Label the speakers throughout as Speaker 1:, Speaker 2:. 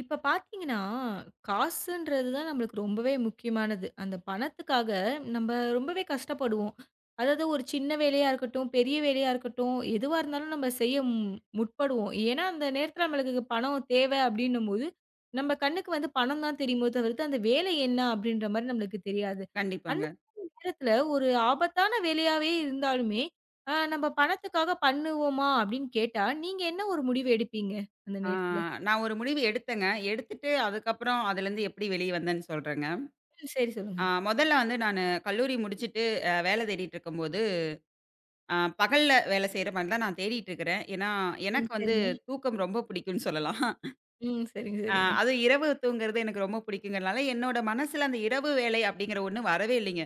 Speaker 1: இப்ப பார்த்தீங்கன்னா, காசுன்றது தான் நம்மளுக்கு ரொம்பவே முக்கியமானது. அந்த பணத்துக்காக நம்ம ரொம்பவே கஷ்டப்படுவோம். அதாவது ஒரு சின்ன வேலையா இருக்கட்டும், பெரிய வேலையா இருக்கட்டும், எதுவா இருந்தாலும் நம்ம செய்ய முற்படுவோம். ஏன்னா, அந்த நேரத்துல நம்மளுக்கு பணம் தேவை அப்டின்னும்போது, நம்ம கண்ணுக்கு வந்து பணம் தான் தெரியுமே தவிர்த்து, அந்த வேலை என்ன அப்டின்ற மாரி நம்மளுக்கு தெரியாது. அந்த
Speaker 2: கண்டிப்பாங்க.
Speaker 1: நேரத்துல ஒரு ஆபத்தான வேலையாவே இருந்தாலுமே, நம்ம பணத்துக்காக பண்ணுவோமா அப்டின்னு கேட்டா, நீங்க என்ன ஒரு முடிவு எடுப்பீங்க அந்த
Speaker 2: ஆ
Speaker 1: நேரத்துல?
Speaker 2: நான் ஒரு முடிவு எடுத்தேங்க. எடுத்துட்டு அதுக்கப்புறம் அதுலருந்து எப்படி வெளிய வந்தேன்னு சொல்றேங்க.
Speaker 1: ம். சரி சொல்லுங்க.
Speaker 2: மொதல்ல வந்து நானு கல்லூரி முடிச்சுட்டு வேலை தேடிட்டு இருக்கும்போது, அ பகல்ல வேலை செய்ற மாரி தான் நான் தேடிட்டு இருக்கிறேன். ஏன்னா,
Speaker 1: ம்.
Speaker 2: எனக்கு வந்து
Speaker 1: சரிங்க.
Speaker 2: தூக்கம் ரொம்ப பிடிக்கும்னு சொல்லலாம்.
Speaker 1: ம். சரிங்க, சரிங்க.
Speaker 2: அதுவும் இரவு தூங்குறது எனக்கு ரொம்ப பிடிக்குங்கிறனால, என்னோட மனசுல அந்த இரவு வேலை அப்படிங்கிற ஒண்ணு வரவே இல்லைங்க.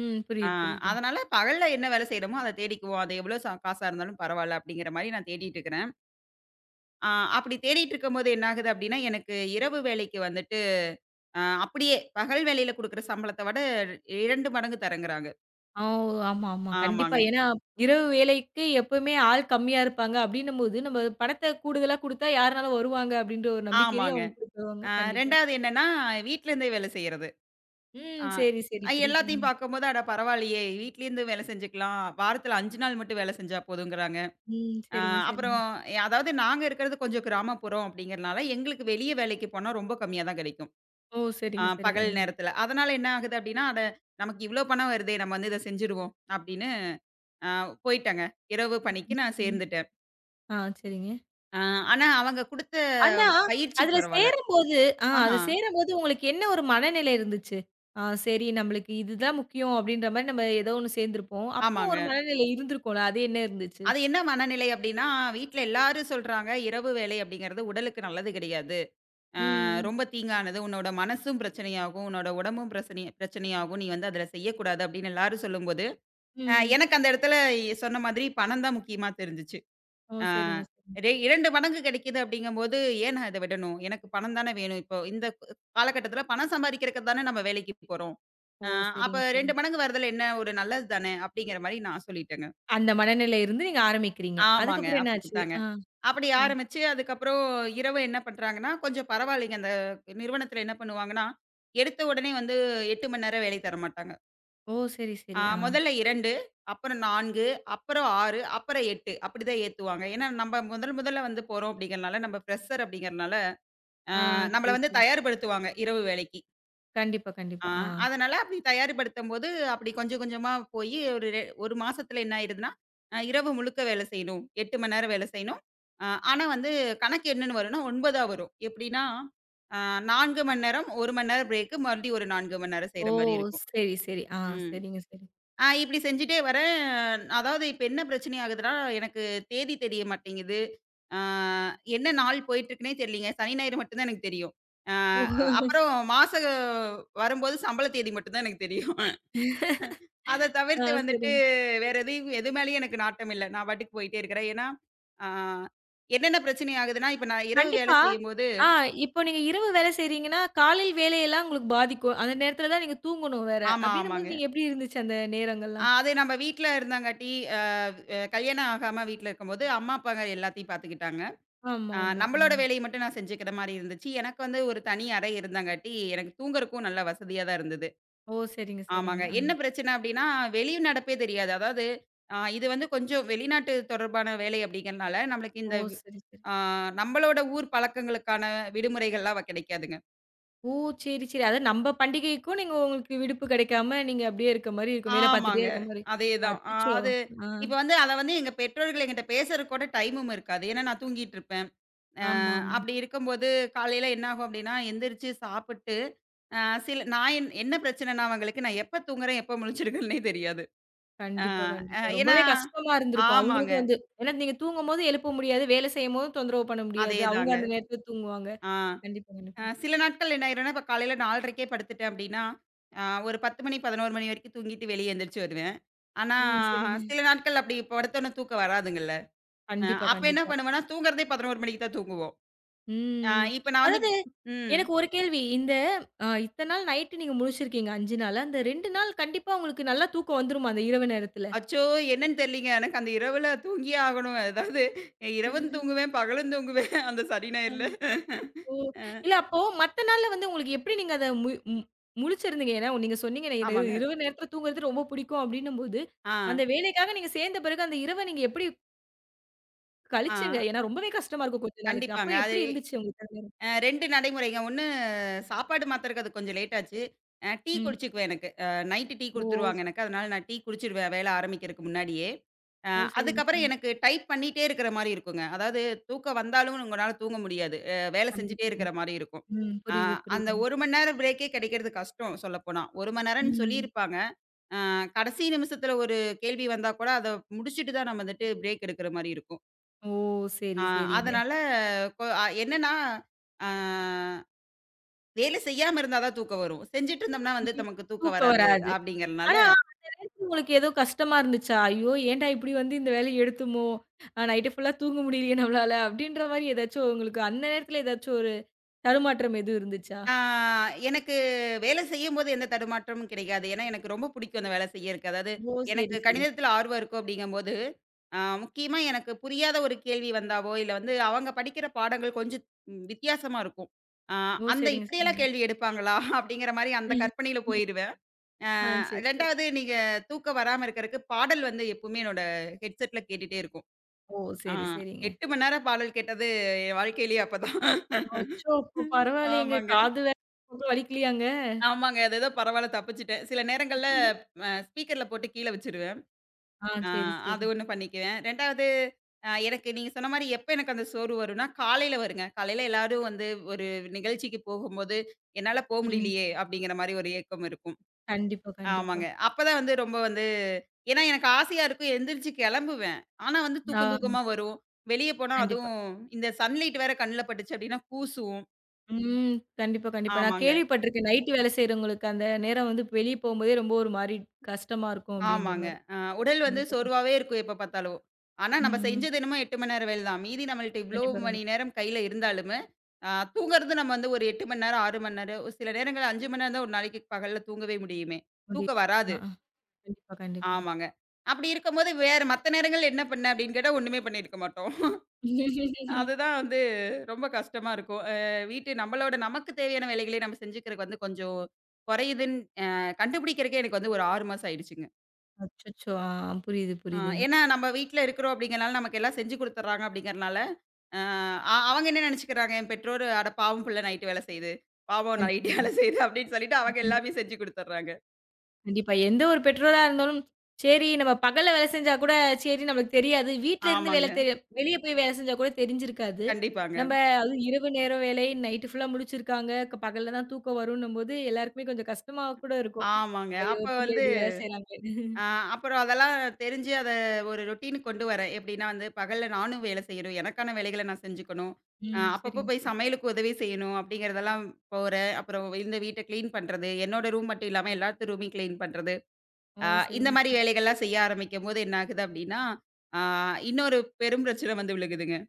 Speaker 1: ம்.
Speaker 2: ஆ
Speaker 1: புரியுது, புரியுது.
Speaker 2: அதனால பகல்ல என்ன வேலை செய்றோமோ அத தேடிக்குவோம். அது எவ்வளோ காசா இருந்தாலும் பரவால்ல அப்படிங்கிற மாரி நான் தேடிட்டு இருக்கிறேன். ஆ அப்படி தேடிட்டு இருக்கும்போது என்ன ஆகுது அப்படின்னா, எனக்கு இரவு வேலைக்கு வந்துட்டு அப்படியே பகல் வேலையில குடுக்குற சம்பளத்த விட 2 மடங்கு தரேங்கிறாங்க.
Speaker 1: ஆ, ஓ! ஆமா, ஆமா. கண்டிப்பா.
Speaker 2: ஆமாங்க,
Speaker 1: ஏன்னா, இரவு வேலைக்கு எப்பவுமே ஆள் கம்மியா இருப்பாங்க அப்டின்னும்போது, நம்ம பணத்த கூடுதலா குடுத்தா யாருனாலும் வருவாங்க அப்டின்ற ஒரு நம்பிக்கையிலயே
Speaker 2: ஆமாங்க.
Speaker 1: அவங்க குடுத்துருவாங்க.
Speaker 2: அ
Speaker 1: கண்டிப்பா.
Speaker 2: 2வது என்னன்னா, வீட்ல இருந்தே வேலை செய்யறது. அ
Speaker 1: ம். சரி, சரி. புரியுது.
Speaker 2: எல்லாத்தையும் பார்க்கும்போது, அட பரவாயில்லையே! வீட்லேருந்து வேலை செஞ்சுக்கலாம். வாரத்துல 5 நாள் மட்டும் வேலை செஞ்சா போதுங்கிறாங்க.
Speaker 1: ம்.
Speaker 2: அ
Speaker 1: சரிங்க, சரிங்க.
Speaker 2: அப்புறம் அதாவது நாங்க இருக்கிறது கொஞ்சம் கிராமப்புறம் அப்படிங்கிறனால, எங்களுக்கு வெளிய வேலைக்கு போனா ரொம்ப கம்மியா தான் கிடைக்கும்.
Speaker 1: ஓ! சரிங்க,
Speaker 2: பகல்
Speaker 1: சரிங்க.
Speaker 2: நேரத்துல. அதனால என்ன ஆகுது அப்படின்னா, அட நமக்கு இவ்ளோ பணம் வருதே! நம்ம வந்து இத செஞ்சுருவோம் அப்படின்னு அ போயிட்டேங்க. இரவு
Speaker 1: ம்.
Speaker 2: பணிக்கு நான்
Speaker 1: சரிங்க.
Speaker 2: சேர்ந்துட்டேன்.
Speaker 1: ஆ, சரிங்க.
Speaker 2: ஆ, ஆனா அவங்க குடுத்த
Speaker 1: ஆனா,
Speaker 2: பயிற்சி
Speaker 1: அதுல
Speaker 2: பரவால்ல.
Speaker 1: சேரும்போது,
Speaker 2: ஆஹா.
Speaker 1: அதுல சேரும்போது உங்களுக்கு என்ன ஒரு மனநிலை இருந்துச்சு? ஆ, சரி, நம்மளுக்கு இதுதான் முக்கியம் அப்டின்ற மாரி நம்ம ஏதோ ஒண்ணு சேர்ந்திருப்போம். அப்போ ஒரு
Speaker 2: ஆமாங்க.
Speaker 1: மனநிலை இருந்திருக்கும்ல. அது என்ன இருந்துச்சு?
Speaker 2: அது என்ன மனநிலை அப்டின்னா, வீட்ல எல்லாரும் சொல்றாங்க, "இரவு வேலை அப்படிங்கிறது உடலுக்கு நல்லது கிடையாது. ஆ
Speaker 1: ம்,
Speaker 2: ரொம்ப தீங்கானது. உன்னோட மனசும் பிரச்சனையாகும். உன்னோட உடம்பும் பிரச்சனையாகும். நீ வந்து அதில செய்யக்கூடாது." அப்படின்னு எல்லாரும் சொல்லும்போது,
Speaker 1: ம்.
Speaker 2: எனக்கு அந்த இடத்துல சொன்ன மாதிரி பணம் தான் முக்கியமா தெரிஞ்சுச்சு.
Speaker 1: ஓ!
Speaker 2: ஆ
Speaker 1: சரிங்க, சரிங்க.
Speaker 2: ரெ 2 மடங்கு கிடைக்குது அப்படிங்கும்போது, ஏன் நான் இத விடணும்? எனக்கு பணம் தானே வேணும். இப்போ இந்த காலகட்டத்தில பணம் சம்பாதிக்கிறதுக்கு தானே நம்ம வேலைக்கு போறோம்.
Speaker 1: ஓ!
Speaker 2: ஆ அப்ப
Speaker 1: சரிங்க,
Speaker 2: 2
Speaker 1: சரிங்க.
Speaker 2: மடங்கு வரதுல என்ன ஒரு நல்லது தானே அப்படிங்கிற மாரி நான் சொல்லிட்டேங்க.
Speaker 1: அந்த மனநிலை இருந்து நீங்க ஆரம்பிக்கிறீங்க.
Speaker 2: ஆமாங்க.
Speaker 1: அதுக்கப்புறம் என்னாச்சு?
Speaker 2: அப்படித்தாங்க.
Speaker 1: ஆ,
Speaker 2: அப்படி
Speaker 1: ஆ.
Speaker 2: ஆரம்பிச்சு அதுக்கப்புறம் இரவு என்ன பண்றாங்கன்னா, கொஞ்சம் பரவாயில்லைங்க. அந்த நிறுவனத்தில என்ன பண்ணுவாங்கன்னா, எடுத்த உடனே வந்து 8 மணி நேரம் வேலை தர மாட்டாங்க.
Speaker 1: ஓ! சரி, சரி. ஆ,
Speaker 2: முதல்ல 2, அப்புறம் 4, அப்புறம் 6, அப்புறம் 8 அப்படிதான் ஏத்துவாங்க. ஏன்னா, நம்ம முதல் முதல்ல வந்து போறோம் அப்படிங்கிறனால, நம்ம ஃப்ரெஷர் அப்படிங்கிறனால, ஆ
Speaker 1: ஆ. சரி,
Speaker 2: நம்மள வந்து
Speaker 1: சரி.
Speaker 2: தயார்படுத்துவாங்க இரவு வேலைக்கு.
Speaker 1: கண்டிப்பா,
Speaker 2: ஆ
Speaker 1: கண்டிப்பா. ஆ.
Speaker 2: அதனால அப்படி தயார்படுத்தும்போது, அப்படி கொஞ்சம் கொஞ்சமா போயி ஒரு ரெ 1 மாசத்துல என்ன ஆயிருதுன்னா, இரவு முழுக்க வேலை செய்யணும். 8 மணி நேரம் வேலை செய்யணும். அ ஆனா வந்து கணக்கு என்னன்னு வரும்ன்னா, 9ஆ வரும். எப்படின்னா, ஆ 4 மணி நேரம், 1 மணி நேரம் பிரேக் மறுபடியும் ஒரு 4 மணி நேரம்
Speaker 1: ஓ!
Speaker 2: செய்ற மாரி இருக்கும்.
Speaker 1: சரி, சரி. ஆ,
Speaker 2: ம்.
Speaker 1: சரிங்க, சரி.
Speaker 2: இப்படி செஞ்சுட்டே வரேன். அதாவது இப்ப என்ன பிரச்சனை ஆகுதுன்னா, எனக்கு தேதி தெரிய மாட்டேங்குது. ஆ என்ன நாள் போயிட்டுருக்குன்னே தெரியலங்க. சனி, ஞாயிறு மட்டும் தான் எனக்கு தெரியும். ஆ
Speaker 1: ஓ!
Speaker 2: அப்புறம் மாச வரும்போது சம்பள தேதி மட்டும் தான் எனக்கு தெரியும். அத
Speaker 1: ஆ,
Speaker 2: தவிர்த்து வந்துட்டு
Speaker 1: சரிங்க.
Speaker 2: வேற எதையும் எது மேலயும் எனக்கு நாட்டம் இல்ல. நான் பாட்டுக்கு போயிட்டே இருக்கிறேன். ஏன்னா, ஆ என்னென்ன பிரச்சனை ஆகுதுன்னா, இப்ப நான் இரவு வேலை
Speaker 1: கண்டிப்பா.
Speaker 2: செய்யும்போது
Speaker 1: ஆ, இப்போ நீங்க இரவு வேலை செய்றீங்கன்னா, காலையில் வேலையெல்லாம் உங்களுக்கு பாதிக்கும். அந்த நேரத்தில தான் நீங்க தூங்கணும் வேற.
Speaker 2: ஆமா, ஆமாங்க.
Speaker 1: அப்படின்னும்போது நீங்க எப்படி இருந்துச்சு அந்த நேரங்கள்லாம்?
Speaker 2: அது நம்ம வீட்ல இருந்தாங்காட்டி, கல்யாணம் ஆகாம வீட்ல இருக்கும்போது, அம்மா, அப்பாங்க எல்லாத்தையும் பார்த்துக்கிட்டாங்க.
Speaker 1: ஆமா, ஆமா. ஆ.
Speaker 2: நம்மளோட வேலைய மட்டும் நான் செஞ்சுக்கிற மாரி இருந்துச்சு. எனக்கு வந்து ஒரு தனி அறை இருந்தங்காட்டி, எனக்கு தூங்குறக்கும் நல்ல வசதியா தான் இருந்தது.
Speaker 1: ஓ! சரிங்க, சரிங்க.
Speaker 2: ஆமாங்க. என்ன
Speaker 1: ஆ.
Speaker 2: பிரச்சனை அப்டின்னா, வெளி நடப்பே தெரியாது. அதாவது இது வந்து கொஞ்சம் வெளிநாட்டு தொடர்பான வேலை அப்படிங்கிறனால, நம்மளுக்கு
Speaker 1: ஓ!
Speaker 2: இந்த
Speaker 1: சரி, சரி.
Speaker 2: அ நம்மளோட ஊர் பழக்கங்களுக்கான விடுமுறைகள்லாம் கிடைக்காதுங்க.
Speaker 1: ஓ! சரி, சரி. அதாவது நம்ப பண்டிகைக்கும் நீங்க உங்களுக்கு விடுப்பு கிடைக்காம, நீங்க அப்படியே இருக்க மாரி இருக்கும். வேலை பார்த்துட்டே
Speaker 2: ஆமாங்க.
Speaker 1: இருக்க மாரி.
Speaker 2: அதேதான்.
Speaker 1: அச்சச்சோ!
Speaker 2: அது
Speaker 1: ஆ.
Speaker 2: இப்ப வந்து அத வந்து எங்க பெற்றோர்கள் என்கிட்ட பேசுறதுக்கு கூட டைமும் இருக்காது. ஏன்னா நான் தூங்கிட்டு இருப்பேன்.
Speaker 1: ஆமாமா.
Speaker 2: அப்படி இருக்கும்போது காலையில என்னாகும் அப்படின்னா, எந்திரிச்சு சாப்பிட்டு, அ சில நான் என் என்ன பிரச்சனைன்னா அவங்களுக்கு, நான் எப்ப தூங்குறேன், எப்ப முழிச்சிருக்கேன்னே தெரியாது. அ
Speaker 1: கண்டிப்பா,
Speaker 2: அ
Speaker 1: கண்டிப்பா.
Speaker 2: ஏன்னா
Speaker 1: ரொம்பவே கஷ்டமா இருந்திருக்கும்.
Speaker 2: ஆமாங்க.
Speaker 1: அவங்களுக்கும் வந்து, ஏன்னா நீங்க தூங்கும்போது எழுப்ப முடியாது. வேலை செய்யும்போது தொந்தரவு பண்ண முடியாது. அவங்க
Speaker 2: அதேதாங்க.
Speaker 1: அந்த நேரத்துல தூங்குவாங்க.
Speaker 2: ஆ
Speaker 1: கண்டிப்பா,
Speaker 2: அ
Speaker 1: கண்டிப்பா.
Speaker 2: சில நாட்கள் என்ன ஆயிரும்னா, இப்ப காலையில 4:30க்கே படுத்துட்டேன் அப்படின்னா, அ ஒரு 10 மணி, 11 மணி வரைக்கும் தூங்கிட்டு வெளிய எந்திரிச்சு வருவேன். ஆனா,
Speaker 1: ம். சரிங்க.
Speaker 2: சில நாட்கள் அப்படி படுத்தோனே தூக்கம் வராதுங்கல்ல. அ
Speaker 1: கண்டிப்பா,
Speaker 2: அப்ப என்ன
Speaker 1: கண்டிப்பா.
Speaker 2: பண்ணுவேன்னா, தூங்குறதே 11 மணிக்கு தான் தூங்குவோம். அ
Speaker 1: ம்.
Speaker 2: இப்ப நான் வந்து
Speaker 1: அதாவது
Speaker 2: ம்.
Speaker 1: எனக்கு ஒரு கேள்வி. இந்த இத்தன நாள் நைட்டு நீங்க முழிச்சிருக்கீங்க 5 நாளா. அந்த 2 நாள் கண்டிப்பா உங்களுக்கு நல்லா தூக்கம் வந்துருமா அந்த இரவு நேரத்துல?
Speaker 2: அச்சோ! என்னன்னு தெரியலங்க. எனக்கு அந்த இரவுல தூங்கியே ஆகணும். அதாவது இரவும் தூங்குவேன், பகலும் தூங்குவேன். அந்த சனி ஞாயிறுல.
Speaker 1: ஓ!
Speaker 2: அ
Speaker 1: இல்ல அப்போ மத்த நாள்ல வந்து உங்களுக்கு எப்படி நீங்க அத மு மு முழிச்சிருந்தீங்க? ஏன்னா நீங்க சொன்னீங்க எனக்கு
Speaker 2: ஆமாங்க.
Speaker 1: இரவு நேரத்தில தூங்குறது ரொம்ப பிடிக்கும் அப்படின்னும்போது,
Speaker 2: ஆ,
Speaker 1: அந்த வேலைக்காக நீங்க சேர்ந்த பிறகு அந்த இரவ நீங்க எப்படி
Speaker 2: ஆ.
Speaker 1: கழிச்சீங்க? ஏன்னா ரொம்பவே கஷ்டமா இருக்கும் கொஞ்ச நாளுக்கு. அப்ப
Speaker 2: கண்டிப்பாங்க. அது
Speaker 1: எப்படி இருந்துச்சு உங்களுக்கு அந்த நேரம்?
Speaker 2: 2 நடைமுறைங்க. ஒண்ணு சாப்பாடு மாத்துறக்கு அது கொஞ்சம் லேட் ஆச்சு. டீ
Speaker 1: ம்.
Speaker 2: குடிச்சுக்குவேன் எனக்கு. நைட்டு டீ
Speaker 1: ஓ!
Speaker 2: குடுத்துருவாங்க எனக்கு. அதனால நான் டீ குடிச்சுருவேன் வேலை ஆரம்பிக்கிறதுக்கு முன்னாடியே. அ
Speaker 1: ஓ! சரிங்க,
Speaker 2: அதுக்கப்புறம்
Speaker 1: சரிங்க.
Speaker 2: எனக்கு டைப் பண்ணிட்டே இருக்கிற மாரி இருக்குங்க. அதாவது தூக்கம் வந்தாலும் உங்களால தூங்க முடியாது. வேலை செஞ்சுட்டே
Speaker 1: கண்டிப்பா,
Speaker 2: இருக்கிற
Speaker 1: கண்டிப்பா.
Speaker 2: மாரி இருக்கும்.
Speaker 1: ம்.
Speaker 2: அ
Speaker 1: புரியுது,
Speaker 2: அந்த
Speaker 1: புரியுதுங்க.
Speaker 2: 1 மணி நேரம் பிரேக்கே கிடைக்கிறது கஷ்டம் சொல்லப்போனா. 1 மணி நேரம்ன்னு
Speaker 1: ம்.
Speaker 2: சொல்லியிருப்பாங்க. அ கடைசி நிமிஷத்துல ஒரு கேள்வி வந்தா கூட அத முடிச்சுட்டு தான் நம்ம வந்துட்டு பிரேக் எடுக்கிற மாரி இருக்கும்.
Speaker 1: ஓ!
Speaker 2: அ
Speaker 1: சரி, சரிங்க.
Speaker 2: அதனால கொ அ என்னன்னா, அ வேலை செய்யாம இருந்தா தான் தூக்கம் வரும். செஞ்சுட்டு இருந்தோம்னா வந்து
Speaker 1: ம்.
Speaker 2: நமக்கு தூக்கம்
Speaker 1: தூக்கம்
Speaker 2: வராது
Speaker 1: வராது.
Speaker 2: அப்படிங்கிறனால,
Speaker 1: ஆனா உங்களுக்கு ஏதோ கஷ்டமா இருந்துச்சா? ஐயோ! ஏன்டா இப்படி வந்து இந்த வேலைய எடுத்தோமோ! நைட்டு ஃபுல்லா தூங்க முடியலையே நம்மளால. அப்படின்ற மாரி ஏதாச்சும் உங்களுக்கு அந்த நேரத்துல ஏதாச்சும் ஒரு தடுமாற்றம் எதுவும் இருந்துச்சா?
Speaker 2: ஆ எனக்கு வேலை செய்யும்போது எந்த தடுமாற்றமும் கிடைக்காது. ஏன்னா, எனக்கு ரொம்ப பிடிக்கும் அந்த வேலை செய்யறக்கு. அதாவது
Speaker 1: ஓ! சரி,
Speaker 2: எனக்கு
Speaker 1: சரி, சரி.
Speaker 2: கணிதத்தில ஆர்வம் இருக்கும் அப்படிங்கும்போது, முக்கியமா எனக்கு புரியாத ஒரு கேள்வி வந்தாவோ, இல்ல வந்து அவங்க படிக்கிற பாடங்கள் கொஞ்சம் வித்தியாசமா இருக்கும். ஆ
Speaker 1: ஓ!
Speaker 2: அந்த
Speaker 1: சரிங்க,
Speaker 2: இப்படியெல்லாம்
Speaker 1: சரிங்க.
Speaker 2: கேள்வி எடுப்பாங்களா? அப்படிங்கிற மாரி அந்த கற்பனையில போயிருவேன். ஆ
Speaker 1: ஆ, சரி, சரி.
Speaker 2: 2வது நீங்க தூக்கம் வராம இருக்கறக்கு பாடல் வந்து எப்பவுமே என்னோட ஹெட்செட்ல கேட்டுட்டே இருக்கும்.
Speaker 1: ஓ!
Speaker 2: ஆ
Speaker 1: சரி, சரிங்க.
Speaker 2: 8 மணி நேரம் பாடல் கேட்டது என் வாழ்க்கையிலயே அப்பதான்.
Speaker 1: அச்சோ! அப்ப பரவாயில்லையேங்க.
Speaker 2: ஆமாங்க.
Speaker 1: காது வேற ரொம்ப வலிக்கலையாங்க?
Speaker 2: ஆமாங்க. அது ஏதோ பரவால்ல தப்பிச்சுட்டேன். சில நேரங்கள்ல ஸ்பீக்கர்ல போட்டு கீழ வச்சுருவேன்.
Speaker 1: ஆ,
Speaker 2: ஆ
Speaker 1: சரி,
Speaker 2: அது
Speaker 1: சரி.
Speaker 2: ஒண்ணு பண்ணிக்குவேன். 2வது எனக்கு நீங்க சொன்ன மாரி எப்ப எனக்கு அந்த சோர்வு வரும்னா, காலையில வருங்க. காலையில எல்லாரும் வந்து ஒரு நிகழ்ச்சிக்கு போகும்போது, என்னால போ
Speaker 1: ம்.
Speaker 2: முடியலையே! அப்படிங்கிற மாரி ஒரு ஏக்கம் இருக்கும்.
Speaker 1: கண்டிப்பா, கண்டிப்பா.
Speaker 2: ஆமாங்க. அப்பதான் வந்து ரொம்ப வந்து ஏன்னா எனக்கு ஆசையா இருக்கும். எந்திரிச்சு கெளம்புவேன். ஆனா வந்து தூக்கம்
Speaker 1: ஆ,
Speaker 2: தூக்கமா வரும். வெளிய போனா
Speaker 1: கண்டிப்பா.
Speaker 2: அதுவும் இந்த சன்லைட் வேற கண்ல பட்டுச்சு அப்டின்னா கூசும்.
Speaker 1: ம். கண்டிப்பா, கண்டிப்பா. நான்
Speaker 2: ஆமாங்க,
Speaker 1: கேள்விப்பட்டுருக்கேன். நைட் வேலை செய்றவங்களுக்கு அந்த நேரம் வந்து வெளிய போம்போதே ரொம்ப ஒரு மாரி கஷ்டமா இருக்கும் அப்டின்ற
Speaker 2: ஆமாங்க.
Speaker 1: மாரி.
Speaker 2: அ உடல் வந்து
Speaker 1: கண்டிப்பா.
Speaker 2: சோர்வாவே இருக்கும் எப்ப பார்த்தாலும். ஆனா நம்ம
Speaker 1: ம்.
Speaker 2: செஞ்சது என்னமோ 8 மணி நேர வேலை தான். மீதி நம்மள்ட்ட இவ்ளோ
Speaker 1: கண்டிப்பா,
Speaker 2: மணி
Speaker 1: கண்டிப்பா.
Speaker 2: நேரம் கையில இருந்தாலுமே, அ தூங்குறது நம்ம வந்து ஒரு 8 மணி நேரம், 6 மணி நேரம், ஒரு சில நேரங்கள்ல 5 மணி நேரம் தான் ஒரு நாளைக்கு பகல்ல தூங்கவே முடியுமே!
Speaker 1: முடியும்.
Speaker 2: தூக்கம்
Speaker 1: ஆ,
Speaker 2: வராது.
Speaker 1: ஆ. கண்டிப்பா, கண்டிப்பா.
Speaker 2: ஆமாங்க. அப்டி இருக்கும்போது வேற மத்த நேரங்கள்ல என்ன பண்ண அப்டின்னு கேட்டா ஒண்ணுமே பண்ணியிருக்க மாட்டோம். அதுதான் வந்து ரொம்ப கஷ்டமா இருக்கும். வீட்டு நம்மளோட நமக்கு தேவையான வேலைகளே நம்ம செஞ்சுக்கிறக்கு வந்து கொஞ்சம் குறையுதுன்னு கண்டுபிடிக்கிறக்கே எனக்கு வந்து ஒரு 6 மாசம் ஆயிடுச்சுங்க.
Speaker 1: அச்சச்சோ! ஆ, புரியுது,
Speaker 2: அ
Speaker 1: புரியுதுங்க.
Speaker 2: ஏன்னா நம்ம வீட்ல இருக்கிறோம் அப்படிங்கிறனால நமக்கு எல்லாம் செஞ்சு குடுத்துடுறாங்க அப்படிங்கிறனால, அ அ அவங்க என்ன நினைச்சுக்கிறாங்க, என் பெற்றோர் "அட பாவம் புள்ள நைட்டு வேலை செய்யுது. பாவம் நைட்டு
Speaker 1: கண்டிப்பா.
Speaker 2: வேலை செய்யுது" அப்படின்னு சொல்லிட்டு அவங்க
Speaker 1: ம்.
Speaker 2: எல்லாமே செஞ்சு குடுத்துடுறாங்க.
Speaker 1: கண்டிப்பா. எந்த ஒரு பெற்றோரா இருந்தாலும், சரி நம்ம பகல்ல வேலை செஞ்சா கூட, சரி நம்மளுக்கு தெரியாது. வீட்ல இருந்து வேலை
Speaker 2: ஆமாங்க.
Speaker 1: தெரி, வெளிய போய் வேலை செஞ்சா கூட தெரிஞ்சிருக்காது. நம்ம
Speaker 2: கண்டிப்பாங்க.
Speaker 1: அதுவும் இரவு நேர வேலை, நைட்டு ஃபுல்லா முழிச்சிருக்காங்க. க பகல்ல தான் தூக்கம் வருன்னும்போது, எல்லாருக்குமே கொஞ்சம் கஷ்டமா கூட இருக்கும்.
Speaker 2: ஆமாங்க.
Speaker 1: ஐயோ!
Speaker 2: அப்ப
Speaker 1: பிள்ளை
Speaker 2: வந்து
Speaker 1: இப்படி வேலை செய்றாங்களேன்னு.
Speaker 2: ஆ, அப்புறம் அதெல்லாம் தெரிஞ்சு அத ஒரு ரொட்டீனுக்கு கொண்டு வரேன். எப்படின்னா வந்து, பகல்ல நானும் வேலை செய்யணும். எனக்கான வேலைகள நான் செஞ்சுக்கணும்.
Speaker 1: ம்.
Speaker 2: அப்பப்போ
Speaker 1: சரிங்க
Speaker 2: போய்
Speaker 1: சார்.
Speaker 2: சமையலுக்கு உதவி செய்யணும் அப்படிங்கிறதெல்லாம் போறேன். அப்புறம் இந்த வீட்ட கிளீன் பண்றது, என்னோட ரூம் மட்டும் இல்லாம எல்லாத்து ரூமையும் கிளீன் பண்றது.
Speaker 1: ஓ!
Speaker 2: அ இந்த
Speaker 1: சரிங்க
Speaker 2: மாரி
Speaker 1: சார்.
Speaker 2: வேலைகள்லாம் செய்ய ஆரம்பிக்கும்போது என்ன ஆகுது அப்படின்னா, ஆ இன்னொரு பெரும் பிரச்சனை வந்து விழுகுதுங்க.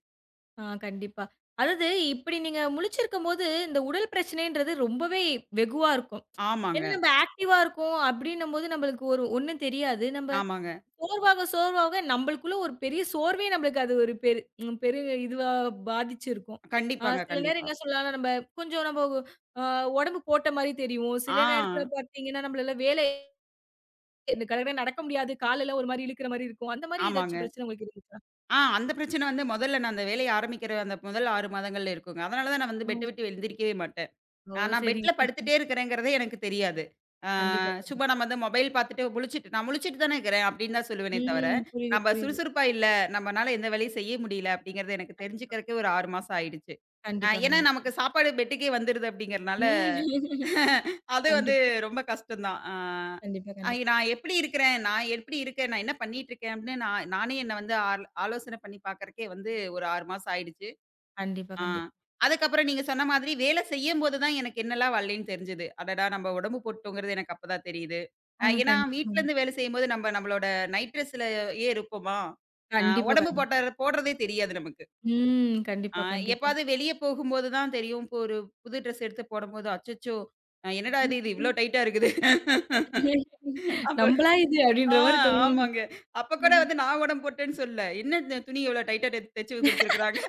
Speaker 1: ஆ, கண்டிப்பா. அதாவது இப்படி நீங்க முழிச்சிருக்கும்போது, இந்த உடல் பிரச்சனைன்றது ரொம்பவே வெகுவா இருக்கும்.
Speaker 2: ஆமாங்க,
Speaker 1: ஏன்னா நம்ம ஆக்டிவா இருக்கோம் அப்படின்னும்போது, நம்மளுக்கு ஒரு ஒண்ணும் தெரியாது. நம்ம
Speaker 2: ஆமாங்க.
Speaker 1: சோர்வாக, சோர்வாக நம்பளுக்குள்ள ஒரு பெரிய சோர்வே நம்மளுக்கு அது ஒரு பெரிய இதுவா பாதிச்சிருக்கும்.
Speaker 2: கண்டிப்பாங்க,
Speaker 1: சில நேரம்
Speaker 2: கண்டிப்பா.
Speaker 1: என்ன சொல்லலாம் நம்ம கொஞ்சம் நம்ம அ உடம்பு போட்ட மாரி தெரியும். சில
Speaker 2: ஆ,
Speaker 1: நேரத்துல பார்த்தீங்கன்னா, நம்மளால வேலை இந்த கடகடன்னு நடக்க முடியாது. காலெல்லாம் ஒரு மாரி இழுக்கிற மாரி இருக்கும். அந்த மாரி ஏதாச்சும்
Speaker 2: ஆமாங்க.
Speaker 1: பிரச்சனை உங்களுக்கு இருந்துச்சா?
Speaker 2: அந்த பிரச்சனை வந்து முதல்ல நான் அந்த வேலைய ஆரம்பிக்கிற அந்த முதல் 6 மாதங்கள்ல இருக்குங்க. அதனால தான் நான் வந்து
Speaker 1: ஓ!
Speaker 2: பெட்ட விட்டு எழுந்திரிக்கவே மாட்டேன்.
Speaker 1: ஓ!
Speaker 2: நான் பெட்ல
Speaker 1: சரிங்க, சரிங்க.
Speaker 2: படுத்துட்டே இருக்கிறேங்கிறதே எனக்கு தெரியாது. ஆ
Speaker 1: கண்டிப்பா, கண்டிப்பா.
Speaker 2: சும்மா நம்ம வந்து மொபைல் பார்த்துட்டு நான் முழிச்சுட்டு தானே இருக்கிறேன் அப்படின்னு தான் சொல்லுவேனே தவிர,
Speaker 1: ம். புரியுது,
Speaker 2: நம்ம
Speaker 1: புரியுது.
Speaker 2: சுறுசுறுப்பா இல்ல, நம்மனால எந்த வேலையும் செய்ய முடியல அப்படிங்கிறது எனக்கு
Speaker 1: கண்டிப்பா,
Speaker 2: தெரிஞ்சுக்கிறதுக்கே ஒரு 6 மாசம் ஆயிடுச்சு.
Speaker 1: கண்டிப்பா,
Speaker 2: ஏன்னா நமக்கு
Speaker 1: கண்டிப்பா.
Speaker 2: சாப்பாடு பெட்டுக்கே வந்துருது அப்படிங்கிறனால,
Speaker 1: ம்.
Speaker 2: அது வந்து
Speaker 1: கண்டிப்பா,
Speaker 2: ரொம்ப கஷ்டம் தான். ஆ
Speaker 1: கண்டிப்பா,
Speaker 2: ஐ
Speaker 1: கண்டிப்பா.
Speaker 2: நான் எப்படி இருக்கிறேன்? நான் எப்படி இருக்கேன்? நான் என்ன பண்ணிட்டு இருக்கேன்? அப்படின்னு நான் நானே என்ன வந்து ஆலோசனை பண்ணி பார்க்கறக்கே வந்து ஒரு 6 மாசம் ஆயிடுச்சு.
Speaker 1: கண்டிப்பா,
Speaker 2: ஆ.
Speaker 1: கண்டிப்பா.
Speaker 2: அதுக்கப்புறம் நீங்க சொன்ன மாதிரி வேலை செய்யும்போது தான் எனக்கு என்னலாம் வரலைன்னு தெரிஞ்சது. அடடா! நம்ம உடம்பு போட்டோங்கிறது எனக்கு அப்பதான் தெரியுது.
Speaker 1: ஆ,
Speaker 2: ஏன்னா
Speaker 1: கண்டிப்பா, கண்டிப்பா.
Speaker 2: வீட்லருந்து வேலை செய்யும்போது நம்ம நம்மளோட நைட் ட்ரெஸ்லயே இருப்போமா? அ
Speaker 1: கண்டிப்பா,
Speaker 2: உடம்பு
Speaker 1: கண்டிப்பா.
Speaker 2: போடுறதே தெரியாது நமக்கு.
Speaker 1: ம். கண்டிப்பா,
Speaker 2: அ
Speaker 1: கண்டிப்பா.
Speaker 2: எப்பாவது வெளிய போகும்போது தான் தெரியும். இப்போ ஒரு புது ட்ரெஸ் எடுத்து போடும்போது, அச்சச்சோ! என்னடா இது? இது இவ்ளோ டைட்டா இருக்குது. அப்ப
Speaker 1: நம்பளா இது
Speaker 2: ஆ
Speaker 1: அப்படின்ற மாரி தோணும்.
Speaker 2: ஆமாங்க. அப்ப கூட வந்து நான் உடம்பு போட்டேன்னு சொல்லல. என்ன இந்த துணி இவ்ளோ டைட்டா தைச்சு குடுத்துருக்காங்க.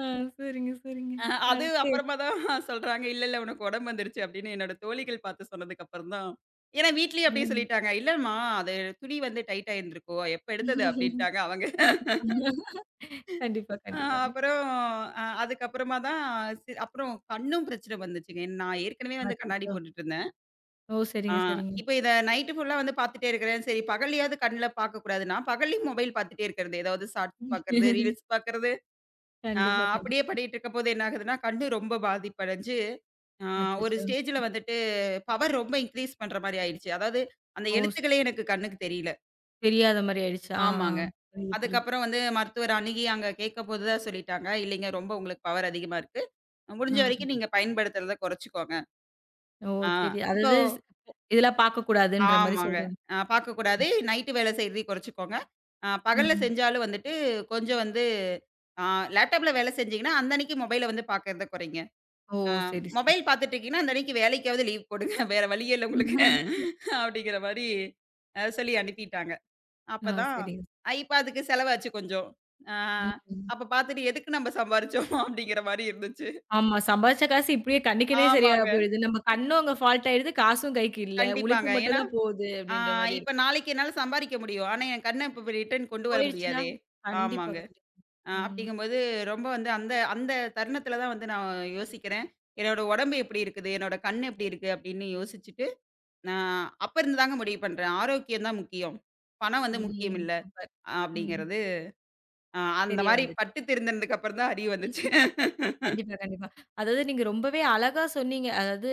Speaker 1: ஆ, சரிங்க, சரிங்க.
Speaker 2: அது
Speaker 1: அடுத்து
Speaker 2: அப்புறமா தான் சொல்றாங்க. "இல்ல, இல்ல உனக்கு உடம்பு வந்துருச்சு" அப்படின்னு என்னோட தோழிகள் பார்த்து சொன்னதுக்கு அப்புறம் தான் ஏன்னா வீட்லயும் அப்படியே
Speaker 1: ம்.
Speaker 2: சொல்லிட்டாங்க. "இல்லம்மா அது துணி வந்து டைட் ஆயிருந்திருக்கும். எப்ப எடுத்தது?" அப்படின்ட்டாங்க அவங்க.
Speaker 1: கண்டிப்பா,
Speaker 2: அ
Speaker 1: கண்டிப்பாங்க.
Speaker 2: அப்புறம் அதுக்கப்புறமா தான் அப்புறம் கண்ணும் பிரச்சனை வந்துச்சுங்க. நான் ஏற்கனவே வந்து கண்ணாடி
Speaker 1: அச்சச்சோ!
Speaker 2: போட்டுட்டு இருந்தேன்.
Speaker 1: ஓ!
Speaker 2: ஆ
Speaker 1: சரிங்க, சரிங்க.
Speaker 2: இப்ப இத நைட் ஃபுல்லா வந்து பார்த்துட்டே இருக்கிறேன். சரி பகல்லையாவது கண்ல பார்க்கக்கூடாதுன்னா, பகல்லையும் மொபைல் பார்த்துட்டே இருக்கிறது. ஏதாவது ஷார்ட்ஸ் பார்க்கறது, ரீல்ஸ் பார்க்கறது, அ
Speaker 1: கண்டிப்பா,
Speaker 2: அப்படியே
Speaker 1: கண்டிப்பா.
Speaker 2: பண்ணிட்டு இருக்கும்போது என்ன ஆகுதுன்னா, கண்ணு ரொம்ப பாதிப்படைஞ்சு ஆ ஒரு
Speaker 1: அச்சச்சோ!
Speaker 2: ஸ்டேஜ்ல வந்துட்டு பவர் ரொம்ப இன்கிரீஸ் பண்ற மாரி ஆயிடுச்சு. அதாவது அந்த
Speaker 1: ஓ! சரி.
Speaker 2: எழுத்துக்களே எனக்கு கண்ணுக்கு தெரியல.
Speaker 1: தெரியாத மாரி ஆயிடுச்சு. ஆ, ஆ.
Speaker 2: ஆமாங்க.
Speaker 1: புரியுது, புரியுது.
Speaker 2: அதுக்கப்புறம் வந்து மருத்துவர் அணுகி அங்க கேட்கம்போது தான் சொல்லிட்டாங்க, இல்லைங்க ரொம்ப உங்களுக்கு பவர் அதிகமா இருக்கு. முடிஞ்ச
Speaker 1: ஆ.
Speaker 2: வரைக்கும் நீங்க பயன்படுத்துறத குறைச்சுக்கோங்க.
Speaker 1: ஓ!
Speaker 2: ஆ
Speaker 1: சரி.
Speaker 2: இப்போ
Speaker 1: அதாவது இதெல்லாம் பார்க்கக்கூடாதுன்ற மாரி
Speaker 2: ஆமாங்க.
Speaker 1: சொல்றாங்க.
Speaker 2: பார்க்கக்கூடாது. நைட்டு வேலை செய்றதையும் குறைச்சுக்கோங்க. பகல்ல
Speaker 1: ம்.
Speaker 2: செஞ்சாலும் வந்துட்டு கொஞ்சம் வந்து ஆ லேப்டாப்ல வேலை செஞ்சீங்கன்னா, அந்த அன்னைக்கு மொபைல வந்து பார்க்கறத குறைங்க.
Speaker 1: ஓ!
Speaker 2: ஆ
Speaker 1: சரி, சரி.
Speaker 2: மொபைல் பார்த்துட்டு இருக்கீங்கன்னா, அந்த அன்னைக்கு வேலைக்காவது லீவ் போடுங்க. வேற வழியே இல்ல உங்களுக்கு. அப்படிங்கிற மாரி சொல்லி அனுப்பிட்டாங்க.
Speaker 1: ஆ,
Speaker 2: அப்பதான்
Speaker 1: சரிங்க.
Speaker 2: இப்ப அதுக்கு செலவாச்சு கொஞ்சம். ஆ
Speaker 1: ம்.
Speaker 2: அப்ப பார்த்துட்டு எதுக்கு நம்ம சம்பாரிச்சோம் அப்படிங்கிற மாரி இருந்துச்சு.
Speaker 1: ஆமா. சம்பாதிச்ச காசு இப்படியே கண்ணுக்குன்னே சரியா
Speaker 2: ஆமாங்க.
Speaker 1: போயிடுது. நம்ம கண்ணும் அங்க ஃபால்ட் ஆயிடுது. காசும் கைக்கு இல்ல. உழைப்பு
Speaker 2: கண்டிப்பாங்க.
Speaker 1: மட்டும்
Speaker 2: ஏன்னா,
Speaker 1: தான் போகுது
Speaker 2: ஆ
Speaker 1: அப்படின்ற மாரி
Speaker 2: இப்ப
Speaker 1: இருக்கு.
Speaker 2: நாளைக்கு என்னால சம்பாரிக்க முடியும். ஆனா, என் கண்ண இப்ப ரிட்டர்ன் கொண்டு வர
Speaker 1: போயிடுச்சுன்னா
Speaker 2: முடியாதே.
Speaker 1: கண்டிப்பா,
Speaker 2: ஆமாங்க.
Speaker 1: கண்டிப்பா. ம்.
Speaker 2: அப்படிங்கும்போது ரொம்ப வந்து அந்த அந்த தருணத்தில தான் வந்து நான் யோசிக்கிறேன். என்னோட உடம்பு எப்படி இருக்குது? என்னோட கண் எப்படி இருக்கு? அப்படின்னு யோசிச்சுட்டு நான் அப்ப இருந்து தாங்க முடிவு பண்றேன். ஆரோக்கியம் தான் முக்கியம். பணம் வந்து முக்கியம்
Speaker 1: ம்.
Speaker 2: இல்ல.
Speaker 1: சூப்பர். ம்.
Speaker 2: அப்படிங்கிறது அந்த
Speaker 1: தெரிய
Speaker 2: மாரி
Speaker 1: வந்துச்சு.
Speaker 2: பட்டு தெரிந்ததுக்கு அப்புறம் தான் அறிவு வந்துச்சு.
Speaker 1: கண்டிப்பா, கண்டிப்பா. அதாவது நீங்க ரொம்பவே அழகா சொன்னீங்க. அதாவது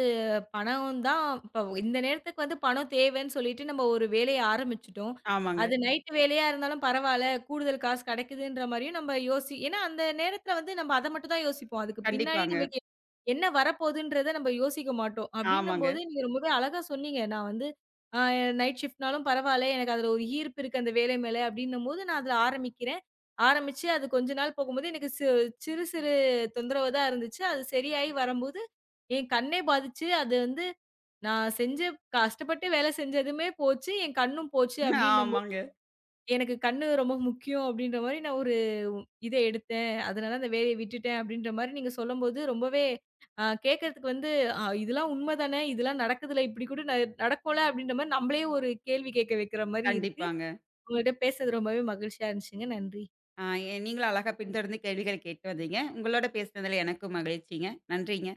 Speaker 1: பணம் தான் இப்ப இந்த நேரத்துக்கு வந்து பணம் தேவைன்னு சொல்லிட்டு நம்ம ஒரு வேலைய ஆரம்பிச்சுட்டோம்.
Speaker 2: ஆமாங்க.
Speaker 1: அது ம். நைட் வேலையா இருந்தாலும் பரவால்ல. கூடுதல் காசு கிடைக்குதுன்ற மாரியும் நம்ம யோசி, ஏன்னா அந்த நேரத்துல வந்து நம்ம அத மட்டும் தான் யோசிப்போம். அதுக்கு பின்னாடி ம்.
Speaker 2: கண்டிப்பாங்க.
Speaker 1: நம்மளுக்கு என்ன வரப்போகுதுன்றத நம்ம யோசிக்க மாட்டோம்.
Speaker 2: ஆமாங்க.
Speaker 1: அப்டின்னும்போது நீங்க ரொம்பவே அழகா சொன்னீங்க. நான் வந்து அ நைட் ஷிஃப்ட்னாலும் பரவால்ல. எனக்கு அதுல ஒரு ஈர்ப்பு இருக்கு அந்த வேலை மேல அப்டின்னும்போது நான் அதுல ஆரம்பிக்கிறேன். ஆரம்பிச்சு அது கொஞ்ச நாள் போகும்போது எனக்கு சிறு சிறு தொந்தரவு தான் இருந்துச்சு. அது சரியாயி வரம்போது, என் கண்ணே பாதிச்சு. அது வந்து நான் செஞ்ச கஷ்டப்பட்டு வேலை செஞ்சதுமே போச்சு. என் கண்ணும் போச்சு அப்டின்னும்போது,
Speaker 2: ஆமாங்க.
Speaker 1: எனக்கு கண்ணு ரொம்ப முக்கியம் அப்டின்ற மாரி நான் ஒரு இத எடுத்தேன். அதனால அந்த வேலைய விட்டுட்டேன் அப்டின்ற மாரி நீங்க சொல்லும்போது ரொம்பவே கேட்கறதுக்கு வந்து, "ஆ இதெல்லாம் உண்ம தானே! இதெல்லாம் நடக்குதுல, இப்டி கூட நடக்கும்ல" அப்டின்ற மாரி நம்மளே ஒரு கேள்வி கேட்க வைக்கிற மாரி இருக்கு.
Speaker 2: கண்டிப்பாங்க.
Speaker 1: உங்கள்ட்ட பேசுனது ரொம்பவே மகிழ்ச்சியா இருந்துச்சுங்க. நன்றி.
Speaker 2: அ நீங்களும் அழகா பின்தொடர்ந்து கேள்விகள் கேட்டு வந்தீங்க. உங்களோட பேசினதுல எனக்கும் மகிழ்ச்சிங்க. நன்றிங்க.